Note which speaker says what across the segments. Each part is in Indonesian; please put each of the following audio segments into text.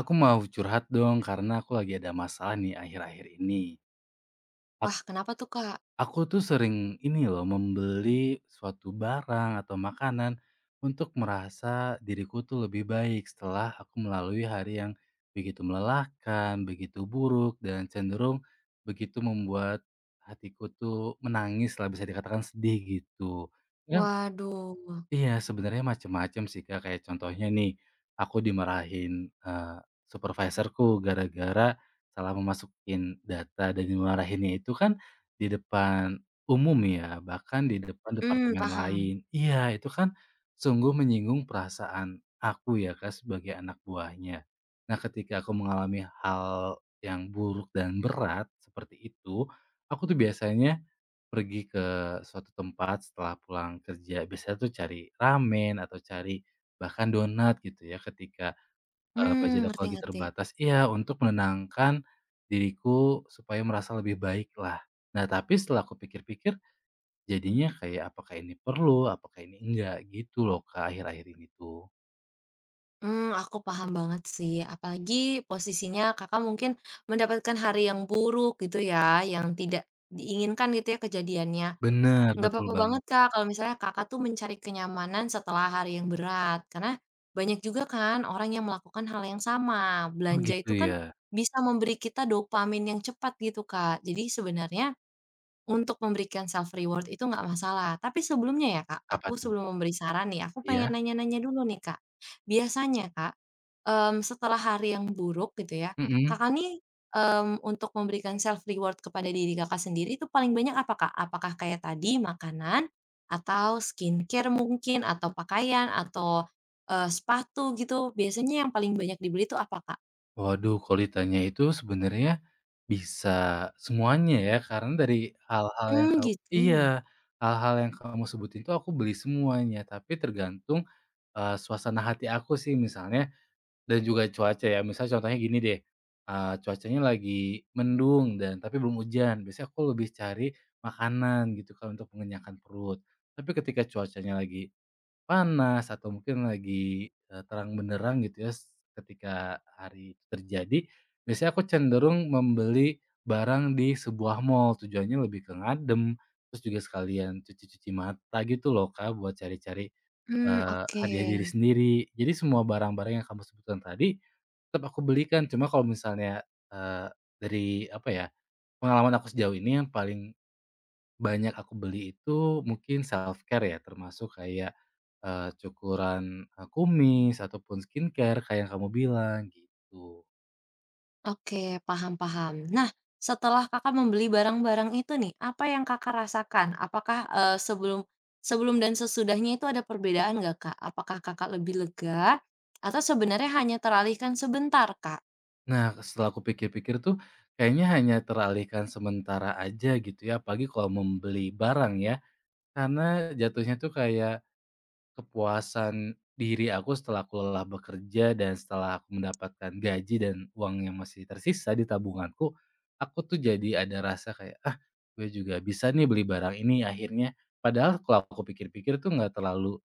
Speaker 1: Aku mau curhat dong karena aku lagi ada masalah nih akhir-akhir ini. Ak-
Speaker 2: Wah, kenapa tuh, Kak?
Speaker 1: Aku tuh sering ini loh membeli suatu barang atau makanan untuk merasa diriku tuh lebih baik setelah aku melalui hari yang begitu melelahkan, begitu buruk dan cenderung begitu membuat hatiku tuh menangis lah, bisa dikatakan sedih gitu. Ya.
Speaker 2: Waduh.
Speaker 1: Iya, sebenarnya macem-macem sih, Kak. Kayak contohnya nih, aku dimarahin, supervisorku gara-gara salah memasukin data, dan dimarahinnya itu kan di depan umum ya, bahkan di depan
Speaker 2: Mmm,
Speaker 1: departemen
Speaker 2: paham.
Speaker 1: lain. Iya, itu kan sungguh menyinggung perasaan aku ya, Kak, sebagai anak buahnya. Nah, ketika aku mengalami hal yang buruk dan berat seperti itu, aku tuh biasanya pergi ke suatu tempat setelah pulang kerja, biasanya tuh cari ramen atau cari bahkan donat gitu ya, ketika
Speaker 2: Mmm,
Speaker 1: budget aku
Speaker 2: ngerti,
Speaker 1: lagi
Speaker 2: ngerti.
Speaker 1: terbatas, iya, untuk menenangkan diriku supaya merasa lebih baik lah. Nah, tapi setelah aku pikir-pikir, jadinya kayak apakah ini perlu, apakah ini enggak gitu loh, ke akhir-akhir ini tuh.
Speaker 2: Aku paham banget sih, apalagi posisinya Kakak mungkin mendapatkan hari yang buruk gitu ya, yang tidak diinginkan gitu ya kejadiannya.
Speaker 1: Bener,
Speaker 2: Nggak
Speaker 1: betul
Speaker 2: apa-apa banget,
Speaker 1: banget.
Speaker 2: Kak, kalau misalnya Kakak tuh mencari kenyamanan setelah hari yang berat, karena banyak juga kan orang yang melakukan hal yang sama.
Speaker 1: Oh
Speaker 2: Belanja
Speaker 1: gitu
Speaker 2: itu kan
Speaker 1: ya?
Speaker 2: bisa memberi kita dopamin yang cepat gitu, Kak. Jadi sebenarnya untuk memberikan self reward itu nggak masalah, tapi sebelumnya ya, Kak,
Speaker 1: Apa
Speaker 2: aku
Speaker 1: tuh?
Speaker 2: sebelum memberi saran nih, aku pengen
Speaker 1: Iya?
Speaker 2: nanya-nanya dulu nih, Kak. Biasanya, Kak, setelah hari yang buruk gitu ya,
Speaker 1: Mhm.
Speaker 2: Kakak nih, untuk memberikan self reward kepada diri Kakak sendiri itu paling banyak apa, Kak? Apakah kayak tadi makanan atau skincare mungkin atau pakaian atau, sepatu gitu, biasanya yang paling banyak dibeli itu apa, Kak?
Speaker 1: Waduh, kalau ditanya itu sebenarnya bisa semuanya ya, karena dari hal-hal yang
Speaker 2: Mmm,
Speaker 1: kau
Speaker 2: gitu.
Speaker 1: iya, hal-hal yang kamu sebutin itu aku beli semuanya, tapi tergantung suasana hati aku sih, misalnya, dan juga cuaca ya. Misalnya contohnya gini deh, cuacanya lagi mendung dan tapi belum hujan, biasanya aku lebih cari makanan gitu kan untuk mengenyangkan perut. Tapi ketika cuacanya lagi panas atau mungkin lagi, terang benderang gitu ya, ketika hari itu terjadi, biasanya aku cenderung membeli barang di sebuah mall, tujuannya lebih ke ngadem, terus juga sekalian cuci-cuci mata gitu loh, Kak, buat cari-cari
Speaker 2: Mmm, oke.
Speaker 1: hadiah diri sendiri. Jadi semua barang-barang yang kamu sebutkan tadi tetap aku belikan. Cuma kalau misalnya, eee, dari apa ya, pengalaman aku sejauh ini yang paling banyak aku beli itu mungkin self-care ya, termasuk kayak, cukuran, kumis ataupun skincare kayak yang kamu bilang, gitu.
Speaker 2: Oke, paham, paham. Nah, setelah Kakak membeli barang-barang itu nih, apa yang Kakak rasakan? Apakah, sebelum sebelum dan sesudahnya itu ada perbedaan nggak, Kak? Apakah Kakak lebih lega atau sebenarnya hanya teralihkan sebentar, Kak?
Speaker 1: Nah, setelah aku pikir-pikir tuh kayaknya hanya teralihkan sementara aja gitu ya, apalagi kalau membeli barang ya, karena jatuhnya tuh kayak kepuasan diri aku setelah aku lelah bekerja dan setelah aku mendapatkan gaji dan uang yang masih tersisa di tabunganku, aku tuh jadi ada rasa kayak, "Ah, gue juga bisa nih beli barang ini akhirnya." Padahal kalau aku pikir-pikir tuh nggak terlalu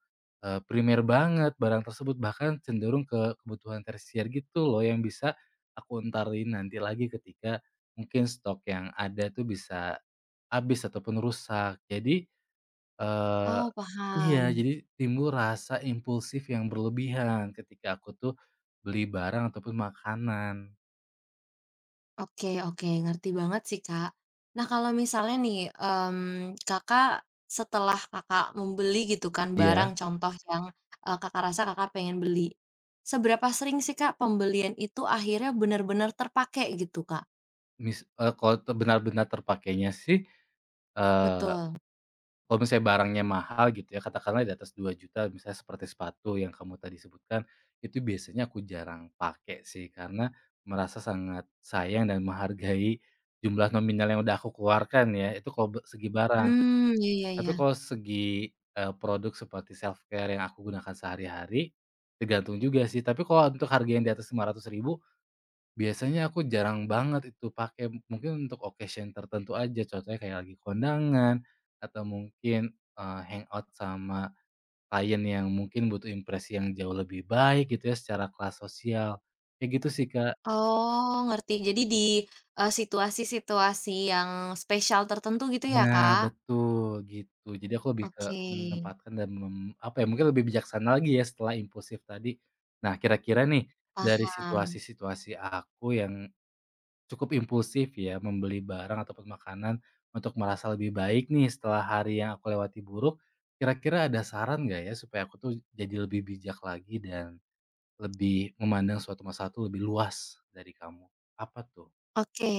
Speaker 1: primer banget barang tersebut, bahkan cenderung ke kebutuhan tersier gitu loh, yang bisa aku entarin nanti lagi ketika mungkin stok yang ada tuh bisa habis ataupun rusak. Eee,
Speaker 2: Oh,
Speaker 1: iya,
Speaker 2: paham.
Speaker 1: jadi timbul rasa impulsif yang berlebihan ketika aku tuh beli barang ataupun makanan.
Speaker 2: Oke, oke, ngerti banget sih, Kak. Nah, kalau misalnya nih, Kakak setelah Kakak membeli gitu kan barang
Speaker 1: Iya,
Speaker 2: contoh yang, Kakak rasa Kakak pengen beli. Seberapa sering sih, Kak, pembelian itu akhirnya benar-benar terpakai gitu, Kak?
Speaker 1: mis eee, kalau te benar-benar terpakainya sih, eee,
Speaker 2: Betul.
Speaker 1: kalau misalnya barangnya mahal gitu ya, katakanlah di atas 2 juta, misalnya seperti sepatu yang kamu tadi sebutkan, itu biasanya aku jarang pakai sih, karena merasa sangat sayang dan menghargai jumlah nominal yang udah aku keluarkan ya, itu kalau segi barang.
Speaker 2: Hmm, iya, iya,
Speaker 1: Tapi
Speaker 2: iya.
Speaker 1: kalau segi, produk seperti self-care yang aku gunakan sehari-hari, tergantung juga sih. Tapi kalau untuk harga yang di atas 500 ribu, biasanya aku jarang banget itu pakai. Mungkin untuk occasion tertentu aja, contohnya kayak lagi kondangan atau mungkin, hangout sama klien yang mungkin butuh impresi yang jauh lebih baik gitu ya secara kelas sosial. Kayak gitu sih, Kak.
Speaker 2: Oh, ngerti. Jadi di, situasi-situasi yang spesial tertentu gitu ya,
Speaker 1: Iya,
Speaker 2: Kak?
Speaker 1: betul, gitu. Jadi aku lebih ke
Speaker 2: Oke,
Speaker 1: menempatkan dan apa ya, mungkin lebih bijaksana lagi ya setelah impulsif tadi. Nah, kira-kira nih dari
Speaker 2: paham.
Speaker 1: situasi-situasi aku yang cukup impulsif ya, membeli barang ataupun makanan untuk merasa lebih baik nih setelah hari yang aku lewati buruk, kira-kira ada saran nggak ya supaya aku tuh jadi lebih bijak lagi dan lebih memandang suatu masalah tuh lebih luas dari kamu? Apa tuh?
Speaker 2: Oke.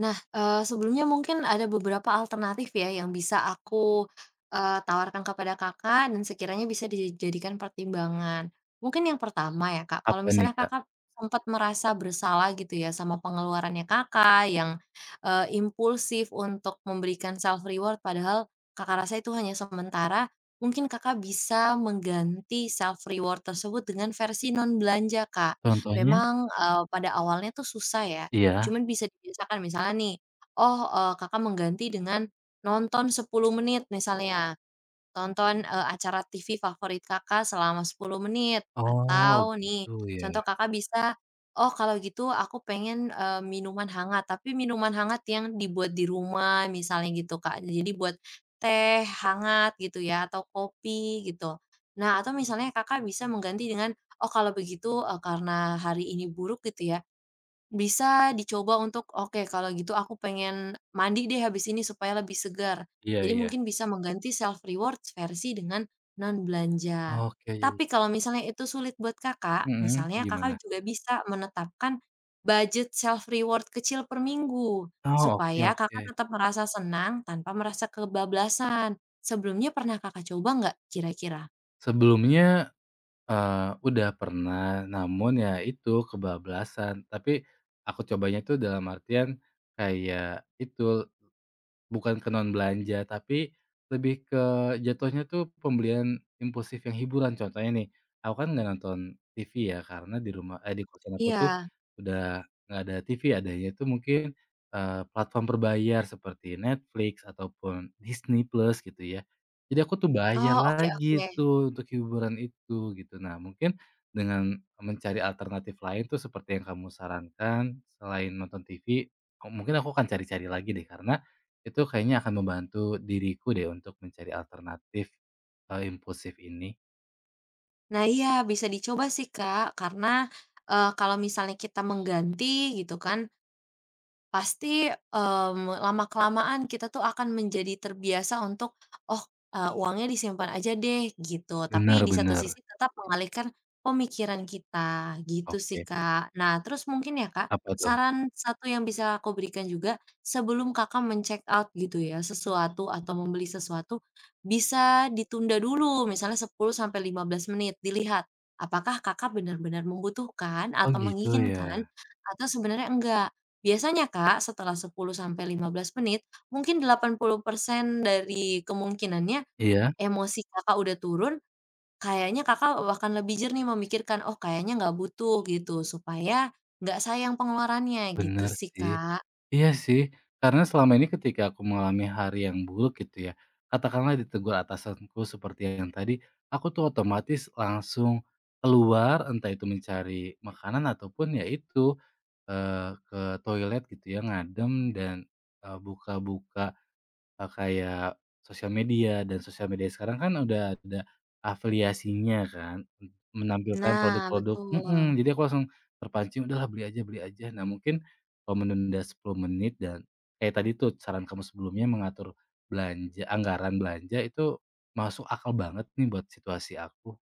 Speaker 2: Nah, sebelumnya mungkin ada beberapa alternatif ya yang bisa aku, tawarkan kepada Kakak dan sekiranya bisa dijadikan pertimbangan. Mungkin yang pertama ya Kak, kalau
Speaker 1: Apa nih,
Speaker 2: misalnya
Speaker 1: Kak?
Speaker 2: Kakak sempat merasa bersalah gitu ya sama pengeluarannya Kakak yang, impulsif untuk memberikan self reward padahal Kakak rasa itu hanya sementara, mungkin Kakak bisa mengganti self reward tersebut dengan versi non belanja, Kak.
Speaker 1: Contohnya?
Speaker 2: Memang, pada awalnya tuh susah ya,
Speaker 1: Iya?
Speaker 2: cuman bisa dibiasakan misalnya nih, oh, Kakak mengganti dengan nonton 10 menit misalnya, tonton, acara TV favorit Kakak selama 10 menit,
Speaker 1: Oh,
Speaker 2: atau nih,
Speaker 1: gitu
Speaker 2: contoh
Speaker 1: ya.
Speaker 2: Kakak bisa, "Oh, kalau gitu aku pengen, minuman hangat," tapi minuman hangat yang dibuat di rumah misalnya gitu, Kak. Jadi buat teh hangat gitu ya, atau kopi gitu. Nah, atau misalnya Kakak bisa mengganti dengan, "Oh, kalau begitu, karena hari ini buruk," gitu ya, bisa dicoba untuk, "Oke, kalau gitu aku pengen mandi deh habis ini supaya lebih segar."
Speaker 1: Iya
Speaker 2: Jadi
Speaker 1: iya.
Speaker 2: mungkin bisa mengganti self reward versi dengan non belanja.
Speaker 1: Oke.
Speaker 2: Tapi kalau misalnya itu sulit buat Kakak,
Speaker 1: Mhm.
Speaker 2: misalnya Kakak
Speaker 1: Gimana?
Speaker 2: juga bisa menetapkan budget self reward kecil per minggu,
Speaker 1: Oh, oke
Speaker 2: supaya Kakak
Speaker 1: oke.
Speaker 2: tetap merasa senang tanpa merasa kebablasan. Sebelumnya pernah Kakak coba nggak kira-kira?
Speaker 1: Sebelumnya, eee, udah pernah, namun ya itu kebablasan, tapi aku cobanya tuh dalam artian kayak itu bukan ke non-belanja, tapi lebih ke jatuhnya tuh pembelian impulsif yang hiburan. Contohnya nih, aku kan nggak nonton TV ya, karena di rumah eh, di kosan aku tuh
Speaker 2: Iya.
Speaker 1: udah nggak ada TV, adanya itu mungkin, platform berbayar seperti Netflix ataupun Disney Plus gitu ya. Jadi aku tuh bayar
Speaker 2: Oh, oke,
Speaker 1: lagi
Speaker 2: oke.
Speaker 1: tuh untuk hiburan itu, gitu. Nah, mungkin dengan mencari alternatif lain tuh seperti yang kamu sarankan, selain nonton TV, mungkin aku akan cari-cari lagi deh, karena itu kayaknya akan membantu diriku deh untuk mencari alternatif, impulsif ini.
Speaker 2: Nah iya, bisa dicoba sih, Kak, karena, kalau misalnya kita mengganti gitu kan, pasti, lama-kelamaan kita tuh akan menjadi terbiasa untuk, "Oh, uangnya disimpan aja deh," gitu. Tapi
Speaker 1: Bener
Speaker 2: di satu
Speaker 1: bener.
Speaker 2: sisi tetap mengalihkan pemikiran kita, gitu sih,
Speaker 1: Oke,
Speaker 2: Kak. Nah, terus mungkin ya, Kak,
Speaker 1: apa tuh?
Speaker 2: saran satu yang bisa aku berikan juga, sebelum Kakak men-check out gitu ya, sesuatu atau membeli sesuatu, bisa ditunda dulu, misalnya 10 sampai 15 menit, dilihat, apakah Kakak benar-benar membutuhkan
Speaker 1: Oh
Speaker 2: atau
Speaker 1: gitu ya?
Speaker 2: menginginkan atau sebenarnya enggak. Biasanya Kak, setelah 10-15 menit, mungkin 80% dari kemungkinannya
Speaker 1: Iya,
Speaker 2: emosi Kakak udah turun, kayaknya Kakak akan lebih jernih memikirkan, "Oh, kayaknya nggak butuh," gitu, supaya nggak sayang pengeluarannya, gitu
Speaker 1: bener
Speaker 2: sih,
Speaker 1: sih.
Speaker 2: Kak.
Speaker 1: Iya sih, karena selama ini ketika aku mengalami hari yang buruk gitu ya, katakanlah ditegur atasanku seperti yang tadi, aku tuh otomatis langsung keluar, entah itu mencari makanan ataupun ya itu, ke toilet gitu ya, ngadem dan, buka-buka kayak sosial media, dan sosial media sekarang kan udah ada afiliasinya kan, menampilkan Oke.
Speaker 2: Nah,
Speaker 1: produk-produk
Speaker 2: betul.
Speaker 1: mhm, jadi aku langsung terpancing, "Udahlah beli aja beli aja." Nah mungkin kalau menunda 10 menit dan kayak tadi tuh saran kamu sebelumnya mengatur anggaran belanja itu masuk akal banget nih buat situasi aku.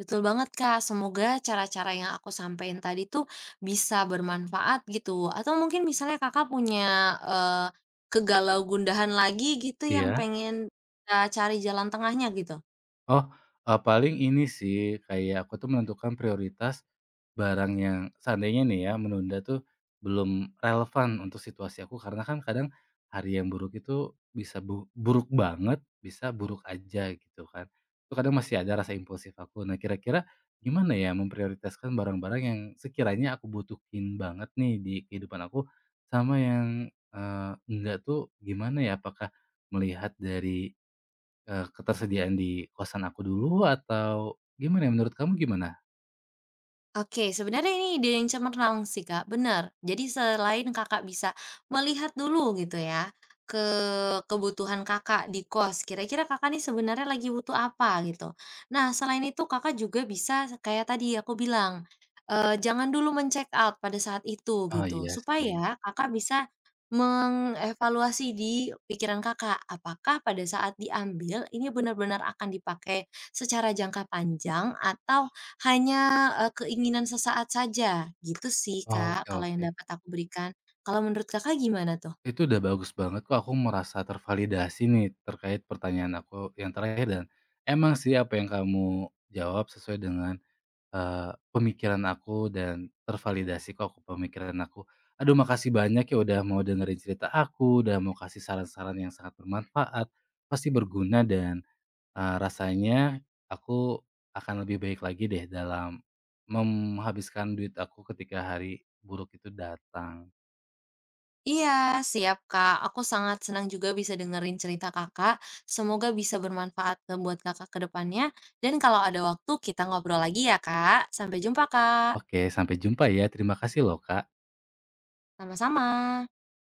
Speaker 2: Betul banget, Kak, semoga cara-cara yang aku sampaikan tadi tuh bisa bermanfaat gitu, atau mungkin misalnya Kakak punya, eee, kegalau gundahan lagi gitu yang
Speaker 1: Iya.
Speaker 2: pengen, cari jalan tengahnya gitu?
Speaker 1: Oh, paling ini sih, kayak aku tuh menentukan prioritas barang yang seandainya nih ya, menunda tuh belum relevan untuk situasi aku, karena kan kadang hari yang buruk itu bisa buruk banget, bisa buruk aja gitu kan. Itu kadang masih ada rasa impulsif aku. Nah, kira-kira gimana ya memprioritaskan barang-barang yang sekiranya aku butuhin banget nih di kehidupan aku, sama yang, enggak tuh gimana ya? Apakah melihat dari ketersediaan di kosan aku dulu atau gimana ya, menurut kamu gimana?
Speaker 2: Oke, sebenarnya ini ide yang cemerlang sih, Kak, bener. Jadi selain Kakak bisa melihat dulu gitu ya, ke kebutuhan Kakak di kos, kira-kira Kakak nih sebenarnya lagi butuh apa gitu. Nah, selain itu Kakak juga bisa kayak tadi aku bilang, jangan dulu men-check out pada saat itu
Speaker 1: Oh
Speaker 2: gitu,
Speaker 1: iya sih.
Speaker 2: supaya Kakak bisa mengevaluasi di pikiran Kakak, apakah pada saat diambil ini benar-benar akan dipakai secara jangka panjang atau hanya, keinginan sesaat saja, gitu sih, Kak,
Speaker 1: Oke
Speaker 2: kalau yang
Speaker 1: oke.
Speaker 2: dapat aku berikan. Kalau menurut Kakak gimana tuh?
Speaker 1: Itu udah bagus banget kok, aku merasa tervalidasi nih terkait pertanyaan aku yang terakhir, dan emang sih apa yang kamu jawab sesuai dengan, pemikiran aku dan tervalidasi kok ke pemikiran aku. Aduh makasih banyak ya udah mau dengerin cerita aku, udah mau kasih saran-saran yang sangat bermanfaat, pasti berguna dan rasanya aku akan lebih baik lagi deh dalam menghabiskan duit aku ketika hari buruk itu datang.
Speaker 2: Iya, siap, Kak. Aku sangat senang juga bisa dengerin cerita Kakak, semoga bisa bermanfaat buat Kakak ke depannya, dan kalau ada waktu kita ngobrol lagi ya, Kak. Sampai jumpa, Kak.
Speaker 1: Oke, sampai jumpa ya. Terima kasih loh, Kak.
Speaker 2: Sama-sama.